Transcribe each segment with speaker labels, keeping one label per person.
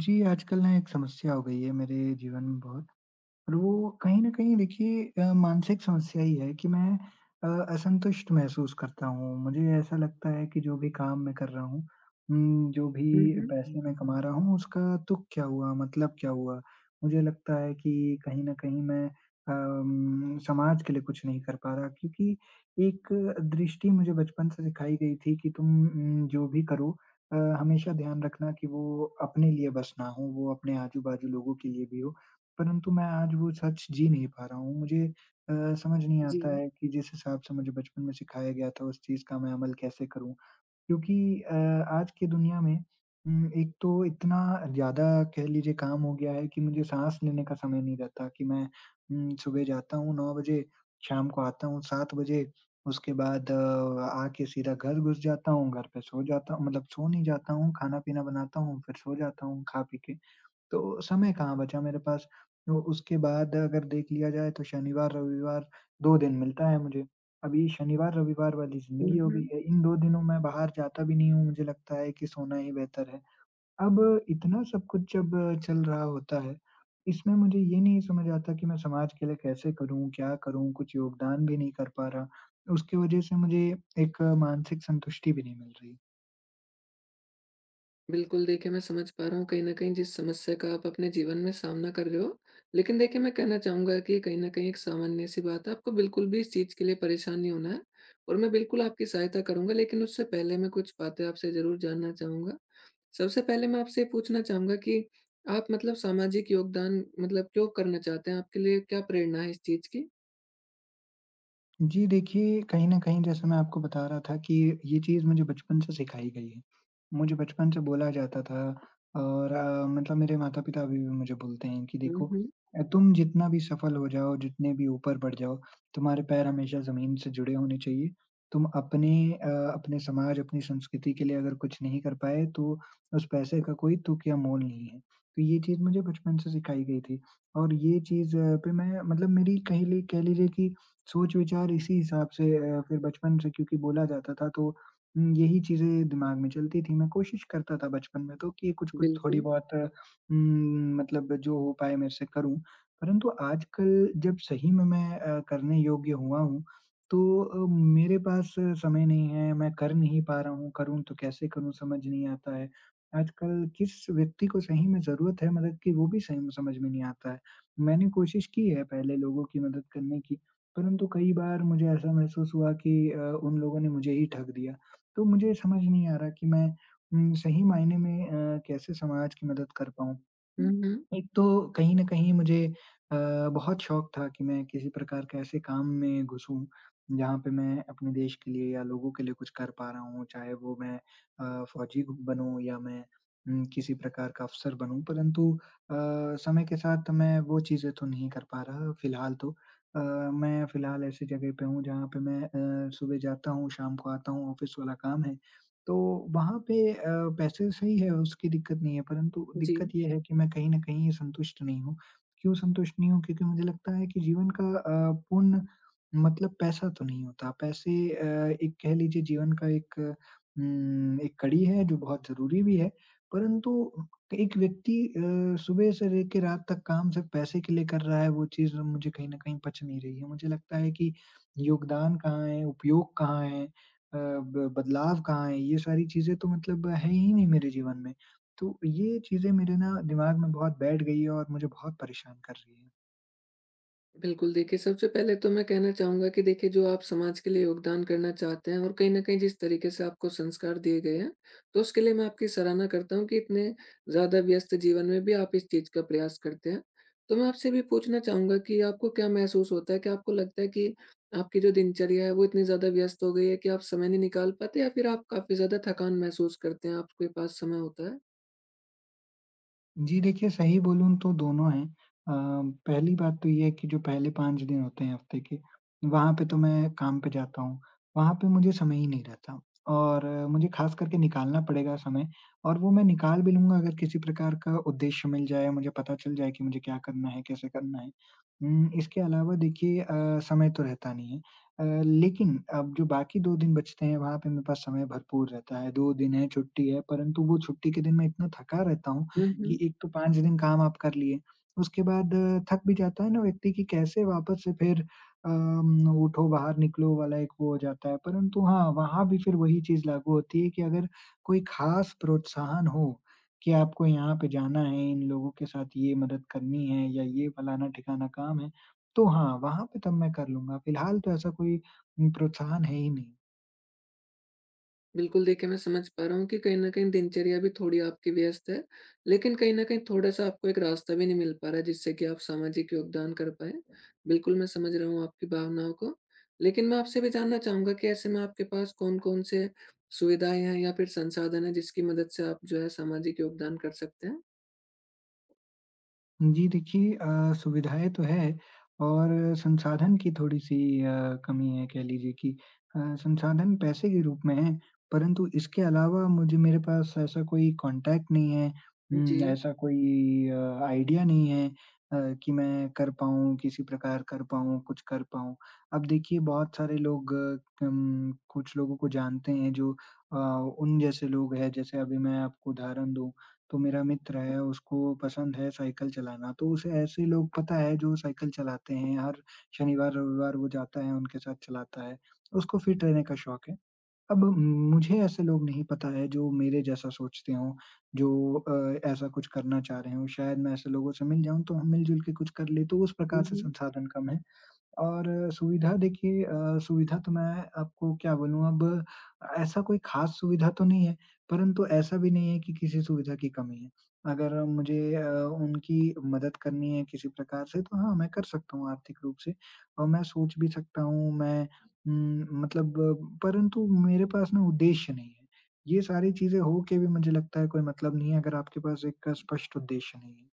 Speaker 1: जी, आजकल ना एक समस्या हो गई है मेरे जीवन में बहुत। और वो कहीं न कहीं देखिए मानसिक समस्या ही है कि मैं अ, असंतुष्ट महसूस करता हूँ। मुझे ऐसा लगता है कि जो भी काम मैं कर रहा हूँ जो
Speaker 2: हुँ,
Speaker 1: भी पैसे
Speaker 2: हुँ।
Speaker 1: मैं कमा रहा हूँ उसका तुक क्या हुआ? मतलब क्या हुआ? मुझे लगता है कि कहीं न कहीं मैं समाज के लिए कुछ नहीं कर पा रहा क्योंकि एक दृष्टि मुझे बचपन से सिखाई गई थी कि तुम जो भी करो हमेशा ध्यान रखना कि वो अपने लिए बस ना हो, वो अपने आजू-बाजू लोगों के लिए भी हो। परंतु मैं आज वो सच जी नहीं पा रहा हूँ। मुझे अ, समझ नहीं
Speaker 2: जी।
Speaker 1: आता है कि जिस हिसाब से मुझे बचपन में सिखाया गया था उस चीज़ का मैं अमल कैसे करूँ? क्योंकि अ, आज की दुनिया में एक तो इतना ज़्यादा कह लीजिए काम हो गया है कि मुझे साँस लेने का समय नहीं रहता कि मैं सुबह जाता हूँ 9 बजे, शाम को आता हूँ 7 बजे, उसके बाद आके सीधा घर घुस जाता हूँ, घर पे सो जाता हूँ मतलब सो नहीं जाता हूँ, खाना-पीना बनाता हूँ, फिर सो जाता हूँ खा-पी के। तो समय कहाँ बचा मेरे पास। तो उसके बाद अगर देख लिया जाए तो शनिवार-रविवार 2 दिन मिलता है मुझे। अभी शनिवार-रविवार वाली
Speaker 2: हुँ,
Speaker 1: ज़िंदगी हो गई
Speaker 2: हुँ।
Speaker 1: है। इन 2 दिनों मैं बाहर जाता भी नहीं हूँ, मुझे लगता है कि सोना ही बेहतर है। अब इतना सब कुछ जब चल रहा होता है, इसमें मुझे ये नहीं समझ आता कि मैं समाज के लिए कैसे करूँ, क्या करूँ? कुछ योगदान भी नहीं कर पा रहा। उसकी वजह से मुझे एक मानसिक संतुष्टि भी नहीं मिल रही।
Speaker 2: बिल्कुल, देखिए मैं समझ पा रहा हूँ कहीं न कहीं जिस समस्या का आप अपने जीवन में सामना कर रहे हो। लेकिन देखिए मैं कहना चाहूँगा कि कहीं न कहीं एक सामान्य-सी बात है, आपको बिल्कुल भी इस चीज़ के लिए परेशान नहीं होना है और मैं बिल्कुल आपकी सहायता करूँगा। लेकिन उससे पहले मैं कुछ बातें आपसे ज़रूर जानना चाहूँगा। सबसे पहले मैं आपसे ये पूछना चाहूँगा कि आप मतलब सामाजिक योगदान मतलब क्यों करना चाहते हैं? आपके लिए क्या प्रेरणा है इस चीज़ की?
Speaker 1: जी, देखिए कहीं न कहीं जैसे मैं आपको बता रहा था कि ये चीज़ मुझे बचपन से सिखाई गई है। मुझे बचपन से बोला जाता था और मतलब मेरे माता-पिता अभी भी मुझे बोलते हैं कि
Speaker 2: हुँ,
Speaker 1: देखो
Speaker 2: हुँ।
Speaker 1: तुम जितना भी सफल हो जाओ, जितने भी ऊपर बढ़ जाओ, तुम्हारे पैर हमेशा ज़मीन से जुड़े होने चाहिए। तुम अपने समाज, अपनी संस्कृति के लिए अगर कुछ नहीं कर पाए तो उस पैसे का कोई तुक या मोल नहीं है। तो ये चीज़ मुझे बचपन से सिखाई गई थी और ये चीज़ पे मैं मतलब मेरी कह लीजिए कि सोच-विचार इसी हिसाब से फिर बचपन से क्योंकि बोला जाता था तो यही चीज़ें दिमाग में चलती थी। मैं कोशिश करता था बचपन में तो कि कुछ-कुछ थोड़ी
Speaker 2: बिल्कुल।
Speaker 1: बहुत मतलब जो हो पाए मेरे से करूँ। परंतु आजकल जब सही में मैं करने योग्य हुआ हूँ, तो मेरे पास समय नहीं है, मैं कर नहीं पा रहा हूँ, करूँ तो कैसे करूँ समझ नहीं आता है। आजकल किस व्यक्ति को सही में ज़रूरत है मदद की वो भी सही में समझ में नहीं आता है। मैंने कोशिश की है पहले लोगों की मदद करने की। परंतु कई बार मुझे ऐसा महसूस हुआ कि उन लोगों ने मुझे ही ठग दिया। तो मुझे समझ नहीं आ रहा कि मैं सही मायने में कैसे समाज की मदद कर पाऊँ?
Speaker 2: हुँ, हुँ।
Speaker 1: एक तो कहीं न कहीं मुझे अ, बहुत शौक था कि मैं किसी प्रकार के ऐसे काम में घुसूँ, जहाँ पे मैं अपने देश के लिए या लोगों के लिए कुछ कर पा रहा हूँ, चाहे वो मैं फ़ौजी बनूँ या मैं किसी प्रकार का अफ़सर बनूँ। परंतु अ, समय के साथ मैं वो चीज़ें तो नहीं कर पा रहा फ़िलहाल तो। मैं फ़िलहाल ऐसी जगह पे हूँ जहाँ पे मैं सुबह जाता हूँ, शाम को आता हूँ, ऑफ़िस वाला काम है। तो वहाँ पे पैसे तो सही है, उसकी दिक्कत नहीं है, परंतु
Speaker 2: जी।
Speaker 1: दिक्कत ये है कि मैं कहीं न कहीं संतुष्ट नहीं हूँ। क्यों संतुष्ट नहीं हूँ? क्योंकि मुझे लगता है कि जीवन का पूर्ण मतलब पैसा तो नहीं होता। पैसे एक कह लीजिए जीवन का एक कड़ी है जो बहुत ज़रूरी भी है, परंतु एक व्यक्ति सुबह से लेके रात तक काम सिर्फ़ पैसे के लिए कर रहा है, वो चीज़ मुझे कहीं न कहीं पच नहीं रही है। मुझे लगता है कि योगदान कहाँ है, उपयोग कहाँ है? अ, ब बदलाव कहाँ है? ये सारी चीज़ें तो मतलब है ही नहीं मेरे जीवन में। तो ये चीज़ें मेरे ना दिमाग में बहुत बैठ गई है और मुझे बहुत परेशान कर रही है।
Speaker 2: बिल्कुल, देखिए सबसे पहले तो मैं कहना चाहूँगा कि देखिए जो आप समाज के लिए योगदान करना चाहते हैं और कहीं न कहीं जिस तरीके से आपको संस्कार दिए गए हैं, तो उसके लिए मैं आपकी सराहना करता हूँ कि इतने ज़्यादा व्यस्त जीवन में भी आप इस चीज़ का प्रयास करते हैं। तो मैं आपसे भी पूछना चाहूँगा कि आपको क्या महसूस होता है? क्या आपको लगता है कि आपकी जो दिनचर्या है वो इतनी ज़्यादा व्यस्त हो गई है कि आप समय नहीं निकाल पाते या फिर आप काफ़ी ज़्यादा थकान महसूस करते हैं, आपके पास समय होता है?
Speaker 1: जी, देखिए सही बोलूँ तो दोनों हैं। पहली बात तो ये है कि जो पहले 5 दिन होते हैं हफ्ते के, वहाँ पे तो मैं काम पे जाता हूँ। वहाँ पे मुझे समय ही नहीं रहता और मुझे ख़ास करके निकालना पड़ेगा समय और वो मैं निकाल भी लूँगा अगर किसी प्रकार का उद्देश्य मिल जाए, मुझे पता चल जाए कि मुझे क्या करना है, कैसे करना है। इसके अलावा देखिए समय तो रहता नहीं है। लेकिन अब जो बाकी 2 दिन बचते हैं, वहाँ पे मेरे पास समय भरपूर रहता है। 2 दिन है, छुट्टी है, परंतु वो छुट्टी के दिन मैं इतना थका रहता हूँ
Speaker 2: हुँ, हुँ,
Speaker 1: कि
Speaker 2: हुँ।
Speaker 1: एक तो 5 दिन काम आप कर लिए, उसके बाद थक भी जाता है ना व्यक्ति कि कैसे वापस से फिर उठो बाहर निकलो वाला एक वो हो जाता है। परंतु हाँ, वहाँ भी फिर वही चीज़ लागू होती है कि अगर कोई ख़ास प्रोत्साहन हो, कि आपको यहाँ पे जाना है, इन लोगों के साथ ये मदद करनी है या ये फलाना-ठिकाना काम है, तो हाँ, वहाँ पे तब मैं कर लूँगा। फिलहाल तो ऐसा कोई प्रोत्साहन है ही नहीं।
Speaker 2: बिल्कुल, देखिए मैं समझ पा रहा हूँ कि कहीं न कहीं दिनचर्या भी थोड़ी आपकी व्यस्त है, लेकिन कहीं न कहीं थोड़ा-सा आपको एक रास्ता भी नहीं मिल पा रहा है जिससे कि आप सामाजिक योगदान कर पाएँ। बिल्कुल, मैं समझ रहा हूँ आपकी भावनाओं को। लेकिन मैं आपसे भी जानना चाहूँगा कि ऐसे में आपके पास कौन-कौन से सुविधाएँ हैं या फिर संसाधन हैं जिसकी मदद से आप जो है सामाजिक योगदान कर सकते हैं?
Speaker 1: जी देखिए सुविधाएँ तो है और संसाधन की थोड़ी-सी अ, कमी है कह लीजिए कि संसाधन पैसे के रूप में है, परंतु इसके अलावा मुझे मेरे पास ऐसा कोई कॉन्टैक्ट नहीं है,
Speaker 2: जी।
Speaker 1: ऐसा कोई आइडिया नहीं है कि मैं कर पाऊँ, किसी प्रकार कर पाऊँ, कुछ कर पाऊँ। अब देखिए बहुत सारे लोग कुछ लोगों को जानते हैं जो उन जैसे लोग हैं, जैसे अभी मैं आपको उदाहरण दूँ तो मेरा मित्र है, उसको पसंद है साइकिल चलाना, तो उसे ऐसे लोग पता है जो साइकिल चलाते हैं, हर शनिवार-रविवार वो जाता है, उनके साथ चलाता है, उसको फिट रहने का शौक है। अब मुझे ऐसे लोग नहीं पता है जो मेरे जैसा सोचते हों, जो ऐसा कुछ करना चाह रहे हों, शायद मैं ऐसे लोगों से मिल जाऊँ, तो हम मिल-जुल के कुछ कर लें, तो उस प्रकार
Speaker 2: हुँ,
Speaker 1: से
Speaker 2: हुँ।
Speaker 1: संसाधन कम है। और सुविधा देखिए सुविधा तो मैं आपको क्या बोलूँ अब, ऐसा कोई ख़ास सुविधा तो नहीं है, परंतु ऐसा भी नहीं है कि किसी सुविधा की कमी है। अगर मुझे उनकी मदद करनी है किसी प्रकार से तो हाँ, मैं कर सकता हूँ आर्थिक रूप से और मैं सोच भी सकता हूँ मैं मतलब परंतु मेरे पास ना उद्देश्य नहीं है। ये सारी चीज़ें हो के भी मुझे लगता है कोई मतलब नहीं है अगर आपके पास एक स्पष्ट उद्देश्य नहीं है।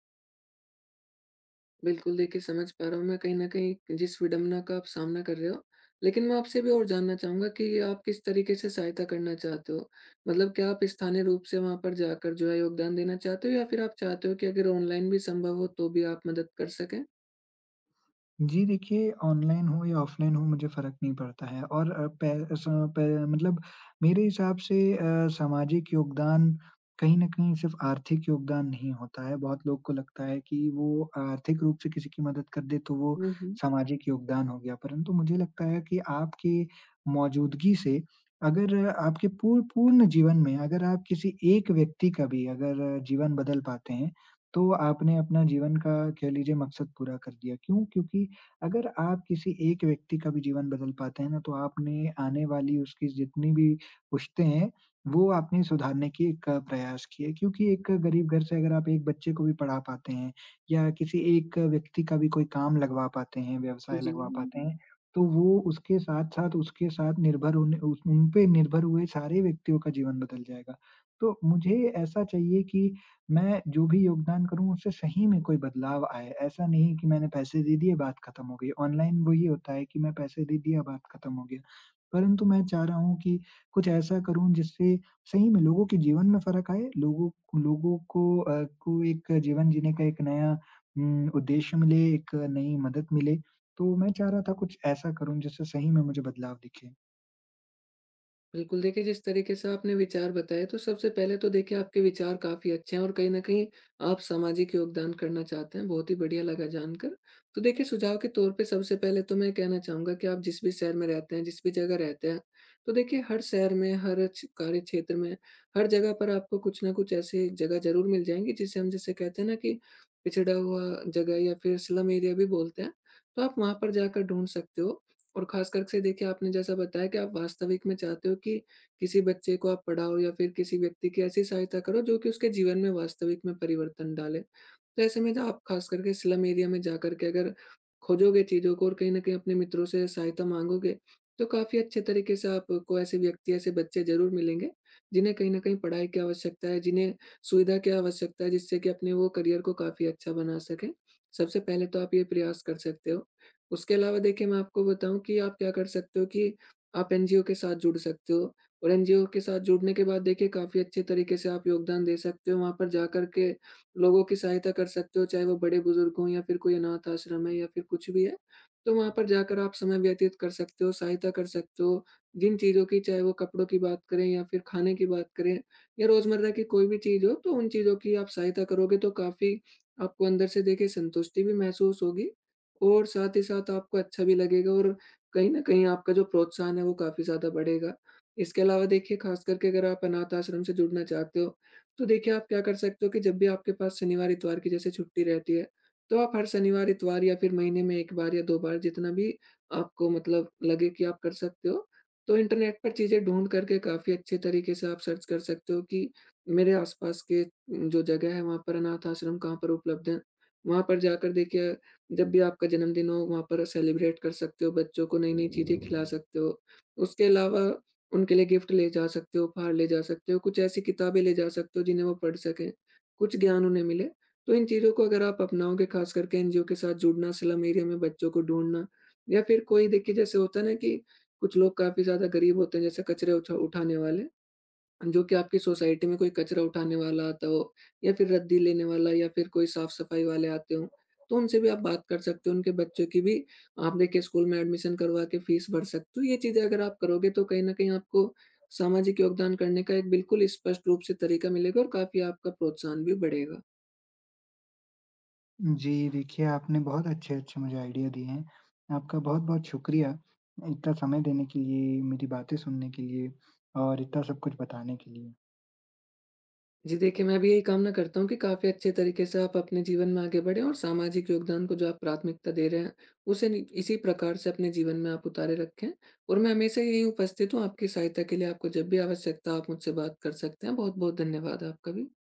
Speaker 2: बिल्कुल, देखिए समझ पा रहा हूँ मैं कहीं न कहीं जिस विडंबना का आप सामना कर रहे हो। लेकिन मैं आपसे भी और जानना चाहूँगा कि आप किस तरीके से सहायता करना चाहते हो? मतलब क्या आप स्थानीय रूप से वहाँ पर जाकर जो है योगदान देना चाहते हो या फिर आप चाहते हो कि अगर ऑनलाइन भी संभव हो तो भी आप मदद कर सकें?
Speaker 1: जी, देखिए ऑनलाइन हो या ऑफ़लाइन हो मुझे फ़र्क नहीं पड़ता है और अ, पै स पै मतलब मेरे हिसाब से सामाजिक योगदान कहीं न कहीं सिर्फ़ आर्थिक योगदान नहीं होता है। बहुत लोग को लगता है कि वो आर्थिक रूप से किसी की मदद कर दे तो वो
Speaker 2: हुँ, हुँ।
Speaker 1: सामाजिक योगदान हो गया। परंतु मुझे लगता है कि आपकी मौजूदगी से, अगर आपके पूर्ण जीवन में अगर आप किसी एक व्यक्ति का भी अगर जीवन बदल पाते हैं, तो आपने अपना जीवन का कह लीजिए मकसद पूरा कर दिया। क्यों? क्योंकि अगर आप किसी एक व्यक्ति का भी जीवन बदल पाते हैं ना, तो आपने आने वाली उसकी जितनी भी पुश्तें हैं, वो आपने सुधारने की एक प्रयास की है। क्योंकि एक गरीब घर से अगर आप एक बच्चे को भी पढ़ा पाते हैं या किसी एक व्यक्ति का भी कोई काम लगवा पाते हैं, व्यवसाय
Speaker 2: जी।
Speaker 1: लगवा पाते हैं, तो वो उसके साथ-साथ उसके साथ निर्भर होने उस उन पे निर्भर हुए सारे व्यक्तियों का जीवन बदल जाएगा। तो मुझे ऐसा चाहिए कि मैं जो भी योगदान करूँ उससे सही में कोई बदलाव आए। ऐसा नहीं कि मैंने पैसे दे दिए, बात खत्म हो गई। ऑनलाइन वही होता है कि मैं पैसे दे दिया, बात खत्म हो गया। परंतु मैं चाह रहा हूँ कि कुछ ऐसा करूँ जिससे सही में लोगों के जीवन में फ़र्क आए, लोगों लोगों को अ, को एक जीवन जीने का एक नया उद्देश्य मिले, एक नई मदद मिले। तो मैं चाह रहा था कुछ ऐसा करूँ जिससे सही में मुझे बदलाव दिखे।
Speaker 2: बिल्कुल, देखिए जिस तरीके से आपने विचार बताए तो सबसे पहले तो देखिए आपके विचार काफ़ी अच्छे हैं और कहीं न कहीं आप सामाजिक योगदान करना चाहते हैं, बहुत ही बढ़िया लगा जानकर। तो देखिए सुझाव के तौर पे सबसे पहले तो मैं कहना चाहूँगा कि आप जिस भी शहर में रहते हैं, जिस भी जगह रहते हैं, तो देखिए हर शहर में, हर क्ष कार्य क्षेत्र में, हर जगह पर आपको कुछ न कुछ ऐसी जगह ज़रूर मिल जाएँगी जिसे हम जैसे कहते हैं ना कि पिछड़ा हुआ जगह या फिर स्लम एरिया भी बोलते हैं, तो आप वहाँ पर जाकर ढूँढ सकते हो। और खास कर से देखिए आपने जैसा बताया कि आप वास्तविक में चाहते हो कि किसी बच्चे को आप पढ़ाओ या फिर किसी व्यक्ति की ऐसी सहायता करो जो कि उसके जीवन में वास्तविक में परिवर्तन डाले। तो ऐसे में जब आप खास करके स्लम एरिया में जाकर के अगर खोजोगे चीज़ों को और कहीं न कहीं अपने मित्रों से सहायता माँगोगे, तो काफ़ी अच्छे तरीके से आपको ऐसे व्यक्ति, ऐसे बच्चे ज़रूर मिलेंगे, जिन्हें कहीं न कहीं पढ़ाई की आवश्यकता है, जिन्हें सुविधा की आवश्यकता है जिससे कि अपने वो करियर को काफ़ी अच्छा बना सकें। सबसे पहले तो आप ये प्रयास कर सकते हो। उसके अलावा देखिए मैं आपको बताऊँ कि आप क्या कर सकते हो कि आप एनजीओ के साथ जुड़ सकते हो और एनजीओ के साथ जुड़ने के बाद देखिए काफ़ी अच्छे तरीके से आप योगदान दे सकते हो। वहाँ पर जाकर के लोगों की सहायता कर सकते हो, चाहे वो बड़े-बुजुर्ग हों या फिर कोई अनाथ आश्रम है या फिर कुछ भी है। तो वहाँ पर जाकर आप समय व्यतीत कर सकते हो, सहायता कर सकते हो। जिन चीज़ों की चाहे वो कपड़ों की बात करें या फिर खाने की बात करें या रोज़मर्रा की कोई भी चीज़ हो, तो उन चीज़ों की आप सहायता करोगे तो काफ़ी आपको अंदर से देखिए संतुष्टि भी महसूस होगी और साथ ही साथ आपको अच्छा भी लगेगा और कहीं न कहीं आपका जो प्रोत्साहन है वो काफ़ी ज़्यादा बढ़ेगा। इसके अलावा देखिए ख़ास करके अगर आप अनाथ आश्रम से जुड़ना चाहते हो, तो देखिए आप क्या कर सकते हो कि जब भी आपके पास शनिवार-इतवार की जैसे छुट्टी रहती है, तो आप हर शनिवार-इतवार या फिर महीने में 1 बार या 2 बार जितना भी आपको मतलब लगे कि आप कर सकते हो, तो इंटरनेट पर चीज़ें ढूँढ करके काफ़ी अच्छे तरीके से आप सर्च कर सकते हो कि मेरे आस-पास के जो जगह है वहाँ पर अनाथ आश्रम कहाँ पर उपलब्ध हैं। वहाँ पर जाकर देखिए जब भी आपका जन्मदिन हो वहाँ पर सेलिब्रेट कर सकते हो, बच्चों को नई-नई चीज़ें खिला सकते हो। उसके अलावा उनके लिए गिफ्ट ले जा सकते हो, उपहार ले जा सकते हो, कुछ ऐसी किताबें ले जा सकते हो जिन्हें वो पढ़ सकें, कुछ ज्ञान उन्हें मिले। तो इन चीज़ों को अगर आप अपनाओगे खास करके एनजीओ के साथ जुड़ना, स्लम एरिया में बच्चों को ढूँढना या फिर कोई देखिए जैसे होता है ना कि कुछ लोग काफ़ी ज़्यादा गरीब होते हैं जैसे कचरे उठा उठाने वाले। जो कि आपकी सोसाइटी में कोई कचरा उठाने वाला आता हो या फिर रद्दी लेने वाला या फिर कोई साफ-सफाई वाले आते हों, तो उनसे भी आप बात कर सकते हो, उनके बच्चों की भी आप देखिए स्कूल में एडमिशन करवा के फीस भर सकते हो। ये चीज़ें अगर आप करोगे तो कहीं न कहीं आपको सामाजिक योगदान करने का एक बिल्कुल स्पष्ट रूप से तरीका मिलेगा और काफ़ी आपका प्रोत्साहन भी बढ़ेगा।
Speaker 1: जी, देखिए आपने बहुत अच्छे-अच्छे मुझे आइडिया दिए हैं। आपका बहुत-बहुत शुक्रिया, इतना समय देने के लिए, मेरी बातें सुनने के लिए और इतना सब कुछ बताने के लिए।
Speaker 2: जी देखिए, मैं भी यही कामना करता हूँ कि काफ़ी अच्छे तरीके से आप अपने जीवन में आगे बढ़ें और सामाजिक योगदान को जो आप प्राथमिकता दे रहे हैं, उसे नि इसी प्रकार से अपने जीवन में आप उतारे रखें। और मैं हमेशा यहीं उपस्थित हूँ आपकी सहायता के लिए, आपको जब भी आवश्यकता हो आप मुझसे बात कर सकते हैं। बहुत-बहुत धन्यवाद आपका भी।